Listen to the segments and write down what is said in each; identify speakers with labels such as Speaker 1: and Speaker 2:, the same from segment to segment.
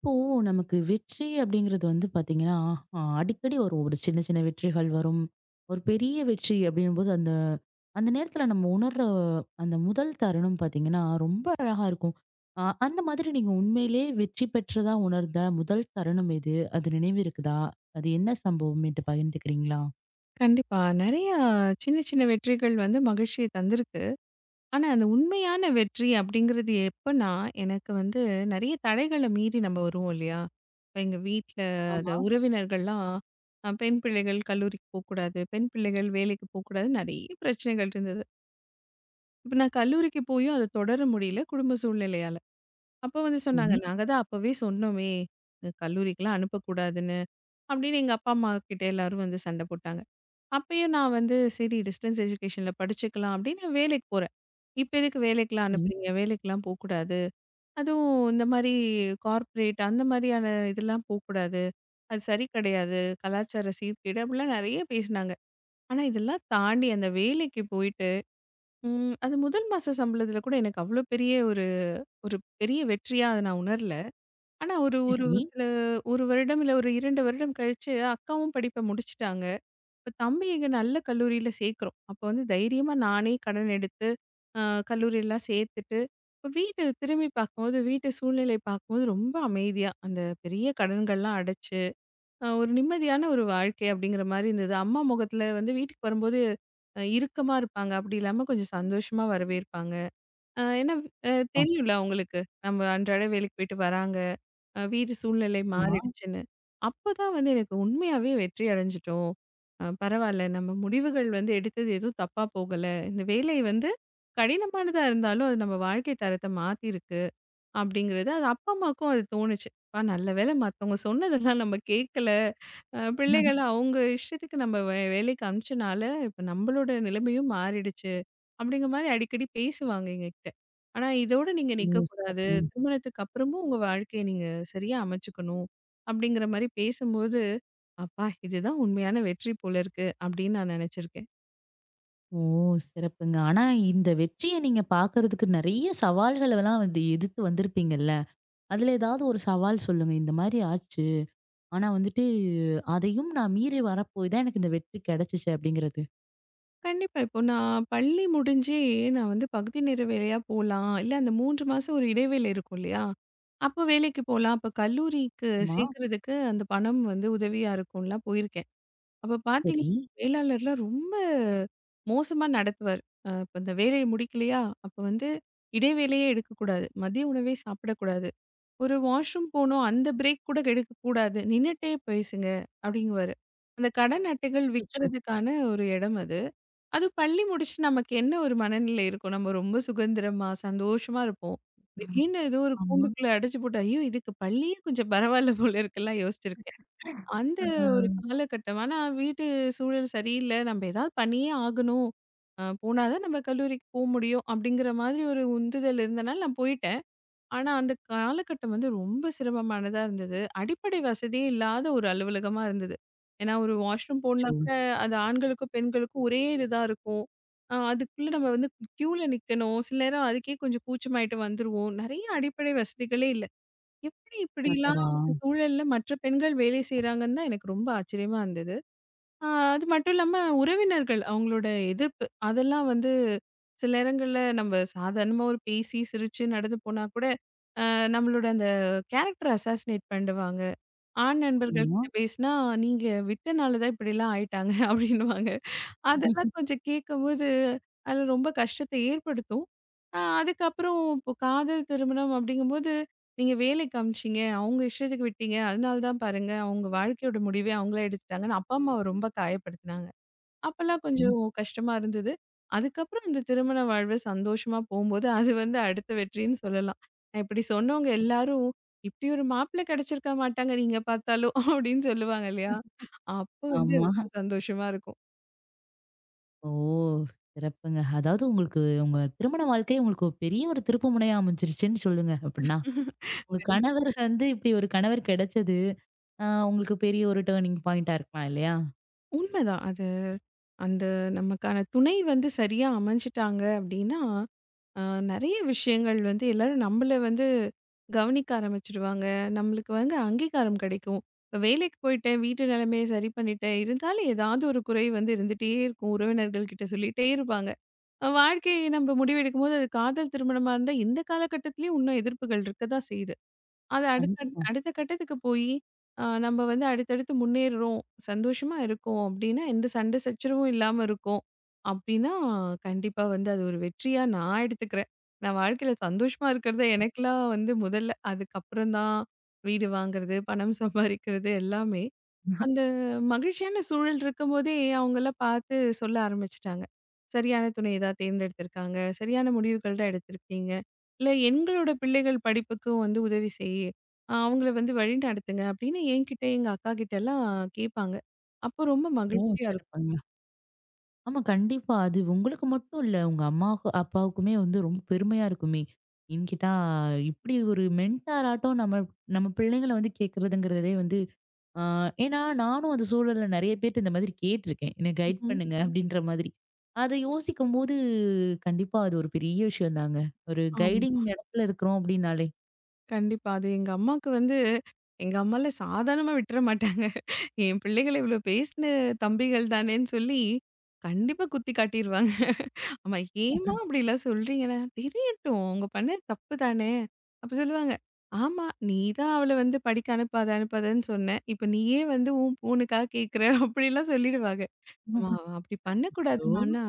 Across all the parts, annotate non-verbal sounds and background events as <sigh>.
Speaker 1: இப்போ நமக்கு வெற்றி அப்படிங்கிறது வந்து பாத்தீங்கன்னா, அடிக்கடி வரும். ஒரு சின்ன சின்ன வெற்றிகள் வரும். ஒரு பெரிய வெற்றி அப்படிங்கும்போது அந்த அந்த நேரத்துல நம்ம உணர்ற அந்த முதல் தருணம் பாத்தீங்கன்னா, ரொம்ப அழகா இருக்கும். அந்த மாதிரி நீங்க உண்மையிலேயே வெற்றி பெற்றதா உணர்ந்த முதல் தருணம் எது? அது நினைவு இருக்குதா? அது என்ன சம்பவம்? என்ட்ட பகிர்ந்துக்கிறீங்களா?
Speaker 2: கண்டிப்பா. நெறையா சின்ன சின்ன வெற்றிகள் வந்து மகிழ்ச்சிய தந்திருக்கு. ஆனா, அந்த உண்மையான வெற்றி அப்படிங்கிறது எப்பன்னா, எனக்கு வந்து நெறைய தடைகள மீறி நம்ம வருவோம் இல்லையா? இப்ப எங்க வீட்ல அந்த
Speaker 1: ஆமா.
Speaker 2: உறவினர்கள்லாம் பெண் பிள்ளைகள் கல்லூரிக்கு போக்கூடாது, பெண் பிள்ளைகள் வேலைக்கு போக்கூடாது, நெறைய பிரச்சனைகள் இருந்தது. இப்ப நான் கல்லூரிக்கு போயும் அத தொடர முடியல குடும்ப சூழ்நிலையால. அப்ப வந்து சொன்னாங்க,
Speaker 1: சரி,
Speaker 2: "நாங்க தான் அப்பவே சொன்னோமே! கல்லூரிக்கெல்லாம் அனுப்பக்கூடாதுன்னு." அப்படின்னு எங்க அப்பா, அம்மா கிட்ட எல்லாரும் வந்து சண்ட போட்டாங்க. அப்பயும் நான் வந்து சரி டிஸ்டன்ஸ் எஜுகேஷன்ல படிச்சுக்கலாம் அப்படின்னு வேலைக்கு போறேன். இப்ப எதுக்கு வேலைக்கெல்லாம்
Speaker 1: சரி,
Speaker 2: அனுப்புறீங்க? வேலைக்கெல்லாம் போக்கூடாது. அதுவும் இந்த மாரி கார்ப்பரேட் அந்த மாதிரியான இதெல்லாம் போக்கூடாது. அது சரி கிடையாது. கலாச்சார சீர்கேடு அப்படிலாம் நெறைய பேசினாங்க. ஆனா இதெல்லாம் தாண்டி அந்த வேலைக்கு போயிட்டு, அது முதல் மாச சம்பளத்துல கூட எனக்கு அவ்ளோ பெரிய ஒரு ஒரு பெரிய வெற்றியா அத நான் உணரல. ஆனா ஒரு ஒரு
Speaker 1: சரி.
Speaker 2: சில 1 வருடம் இல்ல ஒரு 2 வருடம் கழிச்சு அக்காவும் படிப்ப முடிச்சுட்டாங்க. இப்ப தம்பி எங்க நல்ல கல்லூரியில சேர்க்குறோம். அப்ப வந்து தைரியமா நானே கடன் எடுத்து, அ கல்லூரியெல்லாம் சேர்த்துட்டு, இப்ப வீட்டு திரும்பி பார்க்கும்போது, வீட்டு சூழ்நிலை பார்க்கும்போது ரொம்ப அமைதியா, அந்த பெரிய கடன்கள்லாம் அடைச்சு, ஒரு நிம்மதியான ஒரு வாழ்க்கை அப்படிங்கிற மாரி இருந்தது. அம்மா முகத்துல வந்து வீட்டுக்கு வரும்போது இறுக்கமா இருப்பாங்க. அப்படி இல்லாம கொஞ்சம் சந்தோஷமா வரவேற்பாங்க. ஏன்னா அ
Speaker 1: அ
Speaker 2: தெரியும்ல அவங்களுக்கு. நம்ம அன்றாட வேலைக்கு போயிட்டு வராங்க. வீட்டு சூழ்நிலை
Speaker 1: ஆமா.
Speaker 2: மாறிடுச்சுன்னு. அப்பதான் வந்து எனக்கு உண்மையாவே வெற்றி அடைஞ்சுட்டோம். பரவால்ல நம்ம முடிவுகள் வந்து எடுத்தது எதுவும் தப்பா போகல. இந்த வேலை வந்து கடினமானதா இருந்தாலும், அது நம்ம வாழ்க்கை தரத்த மாத்திருக்கு. அப்படிங்கிறது அது அப்பா, அம்மாவுக்கும் அது தோணுச்சு. "அப்பா நல்ல வேளை மத்தவங்க சொன்னதெல்லாம் நம்ம கேட்கல. பிள்ளைகள
Speaker 1: <laughs>
Speaker 2: அவங்க இஷ்டத்துக்கு நம்ம வேலைக்கு அனுப்பிச்சனால, இப்ப நம்மளோட நிலைமையும் மாறிடுச்சு." அப்படிங்கிற மாரி அடிக்கடி பேசுவாங்க எங்ககிட்ட. "ஆனா இதோட நீங்க
Speaker 1: ஓ!
Speaker 2: நிக்கக்கூடாது.
Speaker 1: சிறப்புங்க.
Speaker 2: திருமணத்துக்கு அப்புறமும் உங்க வாழ்க்கைய நீங்க சரியா அமைச்சுக்கணும்." அப்படிங்கிற மாரி பேசும்போது, "அப்பா இதுதான் உண்மையான வெற்றி போல இருக்கு." அப்படின்னு நான் நெனச்சிருக்கேன்.
Speaker 1: ஓ! சிறப்புங்க. ஆனா இந்த வெற்றிய நீங்க பாக்குறதுக்கு நெறைய சவால்களலாம் வந்து எதிர்த்து வந்திருப்பீங்கல்ல. அதுல ஏதாவது ஒரு சவால் சொல்லுங்க. இந்த மாரி ஆச்சு. ஆனா வந்துட்டு அதையும் நான் மீறி வரப்போய் தான் எனக்கு இந்த வெற்றி கிடைச்சுச்சு அப்படிங்கிறது.
Speaker 2: கண்டிப்பா. இப்போ நான் பள்ளி முடிஞ்சே நான் வந்து பகுதி நேர வேலையா போலாம். இல்ல அந்த 3 மாசம் ஒரு இடைவேளை இருக்கும் இல்லையா? அப்போ வேலைக்கு போலாம். அப்போ கல்லூரிக்கு
Speaker 1: ஆமா.
Speaker 2: சேர்க்கறதுக்கு அந்த பணம் வந்து உதவியா இருக்கும்லாம் போயிருக்கேன். அப்ப
Speaker 1: சரி.
Speaker 2: பார்த்தீங்கன்னா, மேலாளர்லாம் ரொம்ப மோசமா நடத்துவார். இப்ப இந்த வேலைய முடிக்கலையா? அப்ப வந்து இடைவேளையே எடுக்கக்கூடாது. மதிய உணவே சாப்பிடக்கூடாது. ஒரு வாஷ்ரூம் போனோம். அந்த பிரேக் கூட எடுக்கக்கூடாது. நின்னுட்டே பேசுங்க அப்படிங்குவாரு. அந்த கடன் அட்டைகள்
Speaker 1: அச்சச்சோ!
Speaker 2: விக்கிறதுக்கான ஒரு இடம் அது. அதுவும் பள்ளி முடிச்சுட்டு நமக்கு என்ன ஒரு மனநிலை இருக்கும்? நம்ம ரொம்ப சுதந்திரமா, சந்தோஷமா இருப்போம். திடீர்னு ஏதோ ஒரு
Speaker 1: ஆமா.
Speaker 2: கூண்டுக்குள்ள அடைச்சு போட்டு, ஐயோ! இதுக்கு பள்ளியே கொஞ்சம் பரவாயில்ல போல இருக்குல்லாம் யோசிச்சிருக்கேன். அந்த
Speaker 1: ஆ.
Speaker 2: ஒரு காலகட்டம். ஆனா வீட்டு சூழல் சரியில்ல. நம்ம ஏதாவது பண்ணியே ஆகணும். போனா தான் நம்ம கல்லூரிக்கு முடியும் அப்படிங்கிற மாதிரி ஒரு உந்துதல் இருந்தனால நான் போயிட்டேன். ஆனா, அந்த காலகட்டம் வந்து ரொம்ப சிரமமானதா இருந்தது. அடிப்படை வசதியே இல்லாத ஒரு அலுவலகமா இருந்தது. ஏன்னா, ஒரு வாஷ்ரூம் போணுனா
Speaker 1: அச்சச்சோ!
Speaker 2: கூட அது ஆண்களுக்கும், பெண்களுக்கும் ஒரே இதுதான் இருக்கும். அதுக்குள்ள நம்ம வந்து கியூல நிக்கணும். சில நேரம் அதுக்கே கொஞ்சம் கூச்சமாயிட்டு வந்துருவோம். நெறைய அடிப்படை வசதிகளே இல்ல. எப்படி இப்படிலாம்
Speaker 1: அடடா!
Speaker 2: அந்த சூழல்ல மற்ற பெண்கள் வேலை செய்றாங்கன்னு தான் எனக்கு ரொம்ப ஆச்சரியமா இருந்தது. ஆ, அது மட்டும் இல்லாம உறவினர்கள் அவங்களோட எதிர்ப்பு, அதெல்லாம் வந்து சில நேரங்கள்ல நம்ம சாதாரணமா ஒரு பேசி, சிரிச்சு நடந்து போனா கூட, அ நம்மளோட அந்த கேரக்டர் அசாசினேட் பண்ணிடுவாங்க. ஆண் ம். நண்பர்கள்
Speaker 1: ஆமா.
Speaker 2: கிட்ட பேசினா, "நீங்க விட்டனால தான் இப்படிலாம் ஆயிட்டாங்க" <laughs> அப்படின்னுவாங்க. அதெல்லாம் கொஞ்சம் கேட்கும்போது, அது ரொம்ப கஷ்டத்த ஏற்படுத்தும். அதுக்கப்புறம் இப்போ காதல் திருமணம் அப்படிங்கும்போது நீங்க வேலைக்கு அமிச்சீங்க. அவங்க இஷ்டத்துக்கு விட்டீங்க. அதனால தான் பாருங்க, அவங்க வாழ்க்கையோட முடிவே அவங்களா எடுத்துட்டாங்கன்னு அப்பா, அம்மாவ ரொம்ப காயப்படுத்துனாங்க. அப்பலாம்
Speaker 1: உம்.
Speaker 2: கொஞ்சம் கஷ்டமா இருந்தது. அதுக்கப்புறம் இந்த திருமண வாழ்வு சந்தோஷமா போம்போது, அது வந்து அடுத்த வெற்றின்னு சொல்லலாம். நான் இப்படி சொன்னவங்க எல்லாரும், "இப்படி ஒரு மாப்பிள்ளை கிடைச்சிருக்க மாட்டாங்க நீங்க பார்த்தாலும்" அப்படின்னு சொல்லுவாங்க இல்லையா? அப்போ வந்து
Speaker 1: ஆமா.
Speaker 2: ரொம்ப சந்தோஷமா இருக்கும்.
Speaker 1: ஓ! சிறப்புங்க. அதாவது உங்களுக்கு உங்க திருமண வாழ்க்கை உங்களுக்கு ஒரு பெரிய ஒரு திருப்பு முனையா அமைஞ்சிருச்சுன்னு சொல்லுங்க அப்படின்னா. உங்க
Speaker 2: கண்டிப்
Speaker 1: கணவர் வந்து இப்படி ஒரு கணவர் கிடைச்சது உங்களுக்கு பெரிய ஒரு டர்னிங் பாயிண்ட்டா இருக்கலாம் இல்லையா?
Speaker 2: உண்மைதான். அது அந்த நமக்கான துணை வந்து சரியா அமைஞ்சுட்டாங்க அப்படின்னா ஆ, நெறைய விஷயங்கள் வந்து எல்லாரும் நம்மள வந்து கவனிக்க ஆரம்பிச்சுடுவாங்க. நம்மளுக்கு வந்து அங்கீகாரம் கிடைக்கும். இப்ப வேலைக்கு போயிட்டேன், வீட்டு நிலைமைய சரி பண்ணிட்டேன். இருந்தாலும் ஏதாவது ஒரு குறை வந்து இருந்துட்டே இருக்கும். உறவினர்கள் கிட்ட சொல்லிட்டே இருப்பாங்க. வாழ்க்கையை நம்ம முடிவெடுக்கும்போது அது காதல் திருமணமா இருந்தா, இந்த காலகட்டத்திலயும் இன்னும் எதிர்ப்புகள் இருக்க தான் செய்யுது. அது
Speaker 1: கண்டிப்பா.
Speaker 2: அடுத்த கட்டத்துக்கு போயி, நம்ம வந்து அடுத்தடுத்து முன்னேறுறோம், சந்தோஷமா இருக்கோம் அப்டின்னா, எந்த சண்டை சச்சரவும் இல்லாம இருக்கோம். அப்டின்னா, கண்டிப்பா வந்து அது ஒரு வெற்றியா நான் எடுத்துக்கிறேன். நான் வாழ்க்கையில சந்தோஷமா இருக்கிறது எனக்கெல்லாம் வந்து முதல்ல. அதுக்கப்புறம் தான் வீடு வாங்குறது, பணம் சம்பாரிக்கிறது எல்லாமே. அந்த மகிழ்ச்சியான சூழல் இருக்கும்போதே அவங்கெல்லாம் பார்த்து சொல்ல ஆரம்பிச்சுட்டாங்க. சரியான துணை ஏதா தேர்ந்தெடுத்திருக்காங்க. சரியான முடிவுகள் தான் எடுத்திருக்கீங்க. இல்ல எங்களோட பிள்ளைகள் படிப்புக்கும் வந்து உதவி செய். அவங்கள வந்து வழி நடத்துங்க அப்படின்னு என்கிட்ட, எங்க அக்காகிட்டலாம் கேட்பாங்க. அப்போ ரொம்ப
Speaker 1: ஓ!
Speaker 2: மகிழ்ச்சியா இருக்கும்.
Speaker 1: சிறப்புங்க. ஆமா கண்டிப்பா. அது உங்களுக்கு மட்டும் இல்ல. உங்க அம்மாவுக்கு, அப்பாவுக்குமே வந்து ரொம்ப பெருமையா இருக்குமே! ஏன்னு கேட்டா, இப்படி ஒரு மென்டாராட்டம் நம்ம நம்ம பிள்ளைங்கள வந்து கேட்கிறதுங்கிறதே வந்து ஆ ஏன்னா நானும் அந்த சூழல்ல நெறைய பேர்ட்ட இந்த மாதிரி கேட்டுருக்கேன். என்ன கைட்
Speaker 2: ம்.
Speaker 1: பண்ணுங்க அப்படின்ற மாதிரி. அத யோசிக்கும்போது கண்டிப்பா அது ஒரு பெரிய விஷயம் தாங்க. ஒரு கைடிங்
Speaker 2: ஆமா.
Speaker 1: இடத்துல இருக்கிறோம் அப்படின்னாலே.
Speaker 2: கண்டிப்பா. அது எங்க அம்மாக்கு வந்து எங்க அம்மாலாம் சாதாரணமா விட்டுற மாட்டாங்க. என் பிள்ளைகள இவ்வளோ பேசின தம்பிகள் தானேன்னு சொல்லி, கண்டிப்பா குத்தி காட்டிருவாங்க. ஆமா. ஏம்மா அப்படிலாம் சொல்றீங்கன்னா, தெரியட்டும். அவங்க பண்ணது தப்பு தானே! அப்ப சொல்லுவாங்க. ஆமா. நீ தான் அவள வந்து படிக்க அனுப்பாத, அனுப்பாதன்னு சொன்ன. இப்ப நீயே வந்து உன் பொண்ணுக்காக கேட்குற அப்படிலாம் சொல்லிடுவாங்க. ஆமா. அவ அப்படி
Speaker 1: ஐயோ!
Speaker 2: பண்ணக்கூடாதுமான்னா,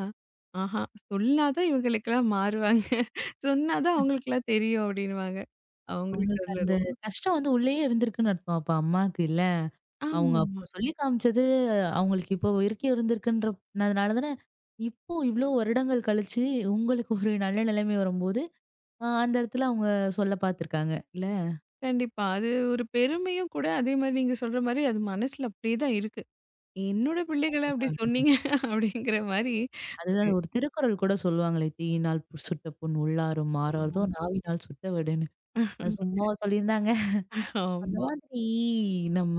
Speaker 2: ஆஹா. சொன்னா தான் இவங்களுக்கெல்லாம் மாறுவாங்க. சொன்னா தான் அவங்களுக்கெல்லாம் தெரியும் அப்படின்னுவாங்க. அவங்களுக்கு
Speaker 1: அவங்களுக்கு
Speaker 2: அதுல
Speaker 1: அந்த
Speaker 2: ரொ
Speaker 1: கஷ்டம் வந்து உள்ளேயே இருந்திருக்குன்னு அர்த்தம். அப்ப அம்மாக்கு இல்ல. அவங்க
Speaker 2: ஆமாமா.
Speaker 1: அப்ப சொல்லி காமிச்சது, அவங்களுக்கு இப்போ வரைக்கும் இருந்திருக்குன்றதுனால தானே, இப்போ இவ்ளோ வருடங்கள் கழிச்சு உங்களுக்கு ஒரு நல்ல நிலைமை வரும்போது, அந்த இடத்துல அவங்க சொல்ல பார்த்துருக்காங்க. இல்ல
Speaker 2: கண்டிப்பா. அது ஒரு பெருமையும் கூட அதே மாரி நீங்க சொல்ற மாரி அது மனசுல அப்படியே தான் இருக்கு. என்னோட பிள்ளைகள அப்படி
Speaker 1: அதுதான்.
Speaker 2: சொன்னீங்க அப்படிங்கிற மாரி ஒரு
Speaker 1: அதுதான் ஒரு திருக்குறள் கூட சொல்லுவாங்களே, "தீயினால் சுட்ட புண் உள்ளாரும் ஆறாரதோ நாவினால் சுட்ட வடுன்னு." அது சும்மாவா சொல்லியிருந்தாங்க? அந்த
Speaker 2: ஆமா.
Speaker 1: மாதிரி நம்ம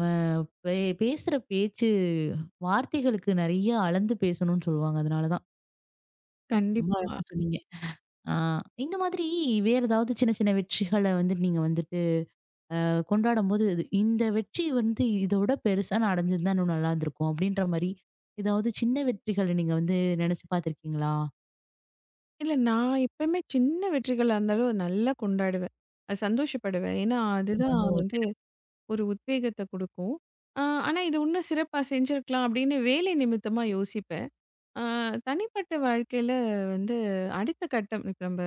Speaker 1: பே பேசுற பேச்சு, வார்த்தைகளுக்கு நெறைய அளந்து பேசணும்னு சொல்லுவாங்க. அதனால தான். ரொம்ப
Speaker 2: கண்டிப்பா.
Speaker 1: அழகா சொன்னீங்க. ஆ இந்த மாதிரி வேற ஏதாவது சின்ன சின்ன வெற்றிகள வந்து நீங்க வந்துட்டு கொண்டாடும்போது, இது இந்த வெற்றி வந்து இதோட பெருசா நான் அடைஞ்சிருந்தா இன்னும் நல்லா இருந்திருக்கும். அப்படின்ற மாரி ஏதாவது சின்ன வெற்றிகள நீங்க வந்து நினைச்சு பார்த்துருக்கீங்களா?
Speaker 2: இல்ல நான் எப்பயுமே சின்ன வெற்றிகளா இருந்தாலும் அத நல்லா கொண்டாடுவேன். சந்தோஷப்படுவேன். ஏன்னா, அதுதான்
Speaker 1: ஓ!
Speaker 2: வந்து
Speaker 1: சிறப்பு.
Speaker 2: ஒரு உத்வேகத்த குடுக்கும். அ ஆனா இது இன்னும் சிறப்பா செஞ்சிருக்கலாம் அப்படின்னு வேலை நிமித்தமா யோசிப்பேன். அ தனிப்பட்ட வாழ்க்கையில வந்து அடுத்த கட்டம் இப்ப நம்ப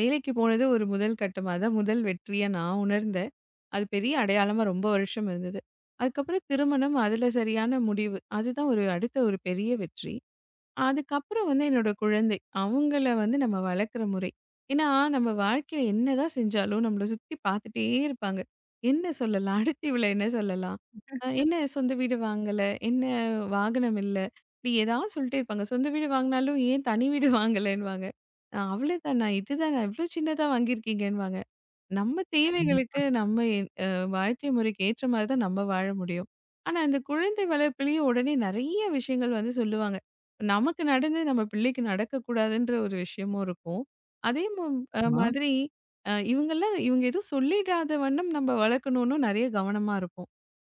Speaker 2: வேலைக்கு போனது ஒரு முதல் கட்டமா அதான் முதல் வெற்றியா நான் உணர்ந்தேன். அது பெரிய அடையாளமா ரொம்ப வருஷம் இருந்தது. அதுக்கப்புறம் திருமணம், அதுல சரியான முடிவு. அதுதான் ஒரு அடுத்த ஒரு பெரிய வெற்றி. அதுக்கப்புறம் வந்து என்னோட குழந்தை. அவங்கள வந்து நம்ம வளர்க்குற முறை. ஏன்னா, நம்ம வாழ்க்கையில என்னதான் செஞ்சாலும், நம்மள சுத்தி பார்த்துட்டே இருப்பாங்க. என்ன சொல்லலாம்? <laughs> அடுத்து இவள என்ன சொல்லலாம்? என்ன சொந்த வீடு வாங்கல? என்ன வாகனம் இல்ல? இப்படி ஏதாவது சொல்லிட்டே இருப்பாங்க. சொந்த வீடு வாங்குனாலும், ஏன் தனி வீடு வாங்கலன்னுவாங்க. அவ்வளதானா? இதுதானா? இவ்ளோ சின்னதா வாங்கியிருக்கீங்கன்னுவாங்க. நம்ம
Speaker 1: கண்டிப்பா.
Speaker 2: தேவைகளுக்கு நம்ம வாழ்க்கை முறைக்கு ஏற்ற மாதிரி தான் நம்ம வாழ முடியும். ஆனா இந்த குழந்தை வளர்ப்பிலேயே உடனே நெறைய விஷயங்கள் வந்து சொல்லுவாங்க. நமக்கு நடந்து நம்ம பிள்ளைக்கு நடக்கக்கூடாதுன்ற ஒரு விஷயமும் இருக்கும். அதே ம ஆமா. மாதிரி இவங்கலாம் இவங்க எதுவும் சொல்லிடாத வண்ணம் நம்ம வளர்க்கணும்னு நெறைய கவனமா இருப்போம்.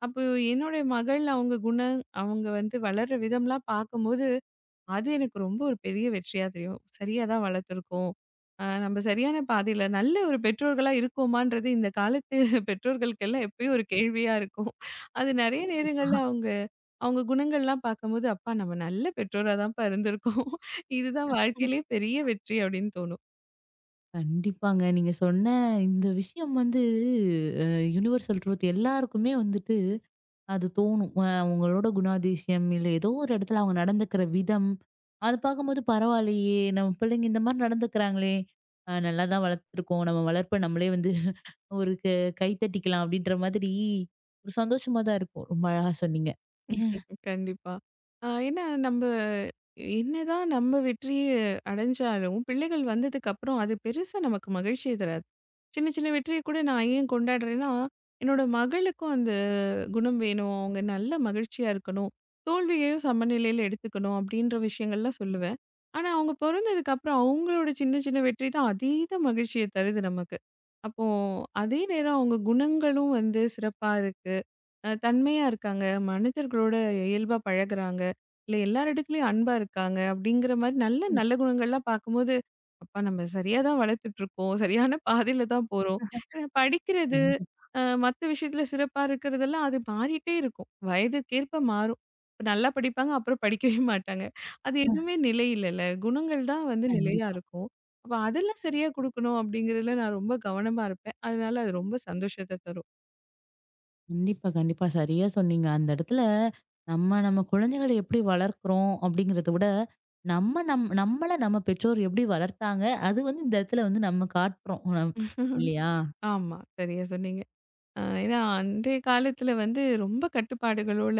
Speaker 2: அப்போ என்னுடைய மகள் அவங்க குணம், அவங்க வந்து வளர்ற விதம்லாம் பார்க்கும்போது அது எனக்கு ரொம்ப ஒரு பெரிய வெற்றியா தெரியும். சரியா தான் வளர்த்துருக்கோம். நம்ம சரியான பாதையில நல்ல ஒரு பெற்றோர்களா இருக்கோமான்றது இந்த காலத்து <laughs> பெற்றோர்களுக்கெல்லாம் எப்பயும் ஒரு கேள்வியா இருக்கும். அது நெறைய நேரங்கள்ல அவங்க அவங்க குணங்கள்லாம் பார்க்கும்போது, "அப்பா நம்ம நல்ல பெற்றோரா தான்ப்பா இருந்திருக்கோம். இதுதான் வாழ்க்கையிலேயே பெரிய வெற்றி" அப்படின்னு தோணும்.
Speaker 1: கண்டிப்பாங்க. நீங்க சொன்ன இந்த விஷயம் வந்து அ யுனிவர்சல் ட்ரூத் எல்லாருக்குமே வந்துட்டு அது தோணும். அவங்களோட குணாதிசயம், இல்ல ஏதோ ஒரு இடத்துல அவங்க நடந்துக்கிற விதம், அது பார்க்கும்போது பரவாயில்லையே! நம்ம பிள்ளைங்க இந்த மாரி நடந்துக்கிறாங்களே! நல்லா தான் வளர்த்துருக்கோம். நம்ம வளர்ப்ப நம்மளே வந்து ஒரு கை தட்டிக்கலாம் அப்டின்ற மாதிரி ஒரு சந்தோஷமா தான் இருக்கும். ரொம்ப அழகா சொன்னீங்க.
Speaker 2: கண்டிப்பா. ஏன்னா நம்ப என்னதான் நம்ம வெற்றிய அடைஞ்சாலும், பிள்ளைகள் வந்ததுக்கப்புறம் அது பெருசா நமக்கு மகிழ்ச்சிய தராது. சின்ன சின்ன வெற்றிய கூட நான் ஏன் கொண்டாடுறேன்னா, என்னோட மகளுக்கும் அந்த குணம் வேணும். அவங்க நல்ல மகிழ்ச்சியா இருக்கணும். தோல்வியையும் சமநிலையில எடுத்துக்கணும் அப்படின்ற விஷயங்கள்லாம் சொல்லுவேன். ஆனா அவங்க பொறந்ததுக்கப்புறம் அவங்களோட சின்ன சின்ன வெற்றி தான் அதீத மகிழ்ச்சிய தருது நமக்கு. அப்போ அதே நேரம் அவங்க குணங்களும் வந்து சிறப்பா இருக்கு. தன்மையா இருக்காங்க. மனிதர்களோட இயல்பா பழகுறாங்க. இல்ல எல்லார் இடத்துலயும் அன்பா இருக்காங்க. அப்படிங்கிற மாரி நல்ல நல்ல குணங்கள்லாம் பார்க்கும்போது, அப்பா நம்ம சரியா தான் வளர்த்துட்ருக்கோம். சரியான பாதையில தான் போறோம். ஏன்னா படிக்கிறது,
Speaker 1: ம்.
Speaker 2: மத்த விஷயத்துல சிறப்பா இருக்கிறதெல்லாம் அது மாறிட்டே இருக்கும். வயதுக்கேற்ப மாறும். இப்ப நல்லா படிப்பாங்க, அப்புறம் படிக்கவே <laughs> மாட்டாங்க. அது
Speaker 1: கண்டிப்பா,
Speaker 2: எதுவுமே நிலை இல்லல்ல. குணங்கள் தான் வந்து நிலையா
Speaker 1: கண்டிப்பா.
Speaker 2: இருக்கும். அப்ப அதெல்லாம் சரியா குடுக்கணும் அப்படிங்கிறதுல நான் ரொம்ப கவனமா இருப்பேன். அதனால அது ரொம்ப சந்தோஷத்த
Speaker 1: கண்டிப்பா, கண்டிப்பா. சரியா சொன்னீங்க. அந்த இடத்துல நம்ம நம்ம குழந்தைகள எப்படி வளர்க்குறோம் அப்படிங்கிறத விட, நம்ம நம்மள நம்ம பெற்றோர் எப்படி வளர்த்தாங்க, அது வந்து இந்த இடத்துல வந்து நம்ம காட்டுறோம்.
Speaker 2: தரும்.
Speaker 1: இல்லையா?
Speaker 2: ஆமா. சரியா சொன்னீங்க. ஏன்னா அன்றைய காலத்துல வந்து ரொம்ப கட்டுப்பாடுகளோட,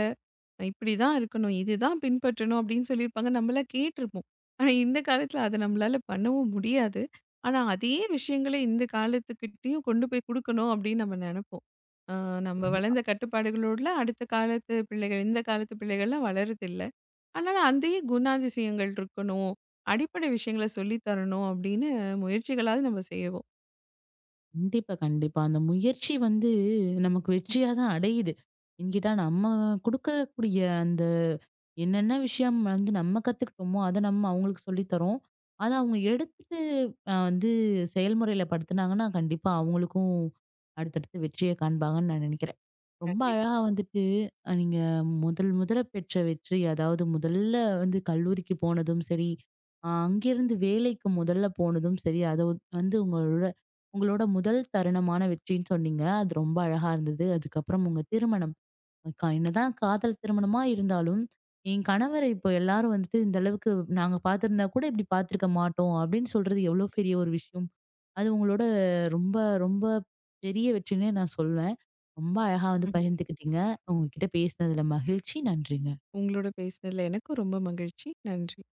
Speaker 2: இப்படிதான் இருக்கணும், இதுதான் பின்பற்றணும் அப்படின்னு சொல்லியிருப்பாங்க. நம்மலாம் கேட்டுருப்போம். ஆனா இந்த காலத்துல அத நம்மளால பண்ணவும் முடியாது. ஆனா அதே விஷயங்கள இந்த காலத்துக்கிட்டயும் கொண்டு போய் குடுக்கணும் அப்படின்னு நம்ம நெனைப்போம். அ நம்ம
Speaker 1: கண்டிப்பா.
Speaker 2: வளர்ந்த கட்டுப்பாடுகளோட அடுத்த காலத்து பிள்ளைகள், இந்த காலத்து பிள்ளைகள்லாம் வளர்றதில்ல. அதனால அந்தயே குணாதிசயங்கள் இருக்கணும், அடிப்படை விஷயங்கள சொல்லி தரணும் அப்படின்னு முயற்சிகளாவது நம்ம செய்வோம்.
Speaker 1: கண்டிப்பா, கண்டிப்பா. அந்த முயற்சி வந்து நமக்கு வெற்றியா தான் அடையுது. என்கிட்ட நம்ம குடுக்கக்கூடிய அந்த என்னென்ன விஷயம் வந்து நம்ம கத்துக்கிட்டோமோ, அத நம்ம அவங்களுக்கு சொல்லி தரோம். அத அவங்க எடுத்துட்டு வந்து செயல்முறையில படுத்துனாங்கன்னா, கண்டிப்பா அவங்களுக்கும் அடுத்தடுத்து வெற்றிய காண்பாங்கன்னு நான் நினைக்கிறேன். ரொம்ப
Speaker 2: கண்டிப்பா.
Speaker 1: அழகா வந்துட்டு நீங்க முதல் முதல்ல பெற்ற வெற்றி, அதாவது முதல்ல வந்து கல்லூரிக்கு போனதும் சரி, அங்கிருந்து வேலைக்கு முதல்ல போனதும் சரி, அத வந்து உங்களோட உங்களோட முதல் தருணமான வெற்றின்னு சொன்னீங்க. அது ரொம்ப அழகா இருந்தது. அதுக்கப்புறம் உங்க திருமணம் என்னதான் காதல் திருமணமா இருந்தாலும், என் கணவரை இப்போ எல்லாரும் வந்துட்டு இந்த அளவுக்கு நாங்க பார்த்திருந்தா கூட இப்படி பார்த்திருக்க மாட்டோம் அப்படின்னு சொல்றது எவ்வளோ பெரிய ஒரு விஷயம். அது உங்களோட ரொம்ப ரொம்ப பெரிய வெற்றின்னே நான் சொல்வேன். ரொம்ப அழகா வந்து பகிர்ந்துக்கிட்டீங்க. உங்ககிட்ட பேசினதுல மகிழ்ச்சி. நன்றிங்க.
Speaker 2: உங்களோட பேசினதுல எனக்கும் ரொம்ப மகிழ்ச்சி. நன்றி.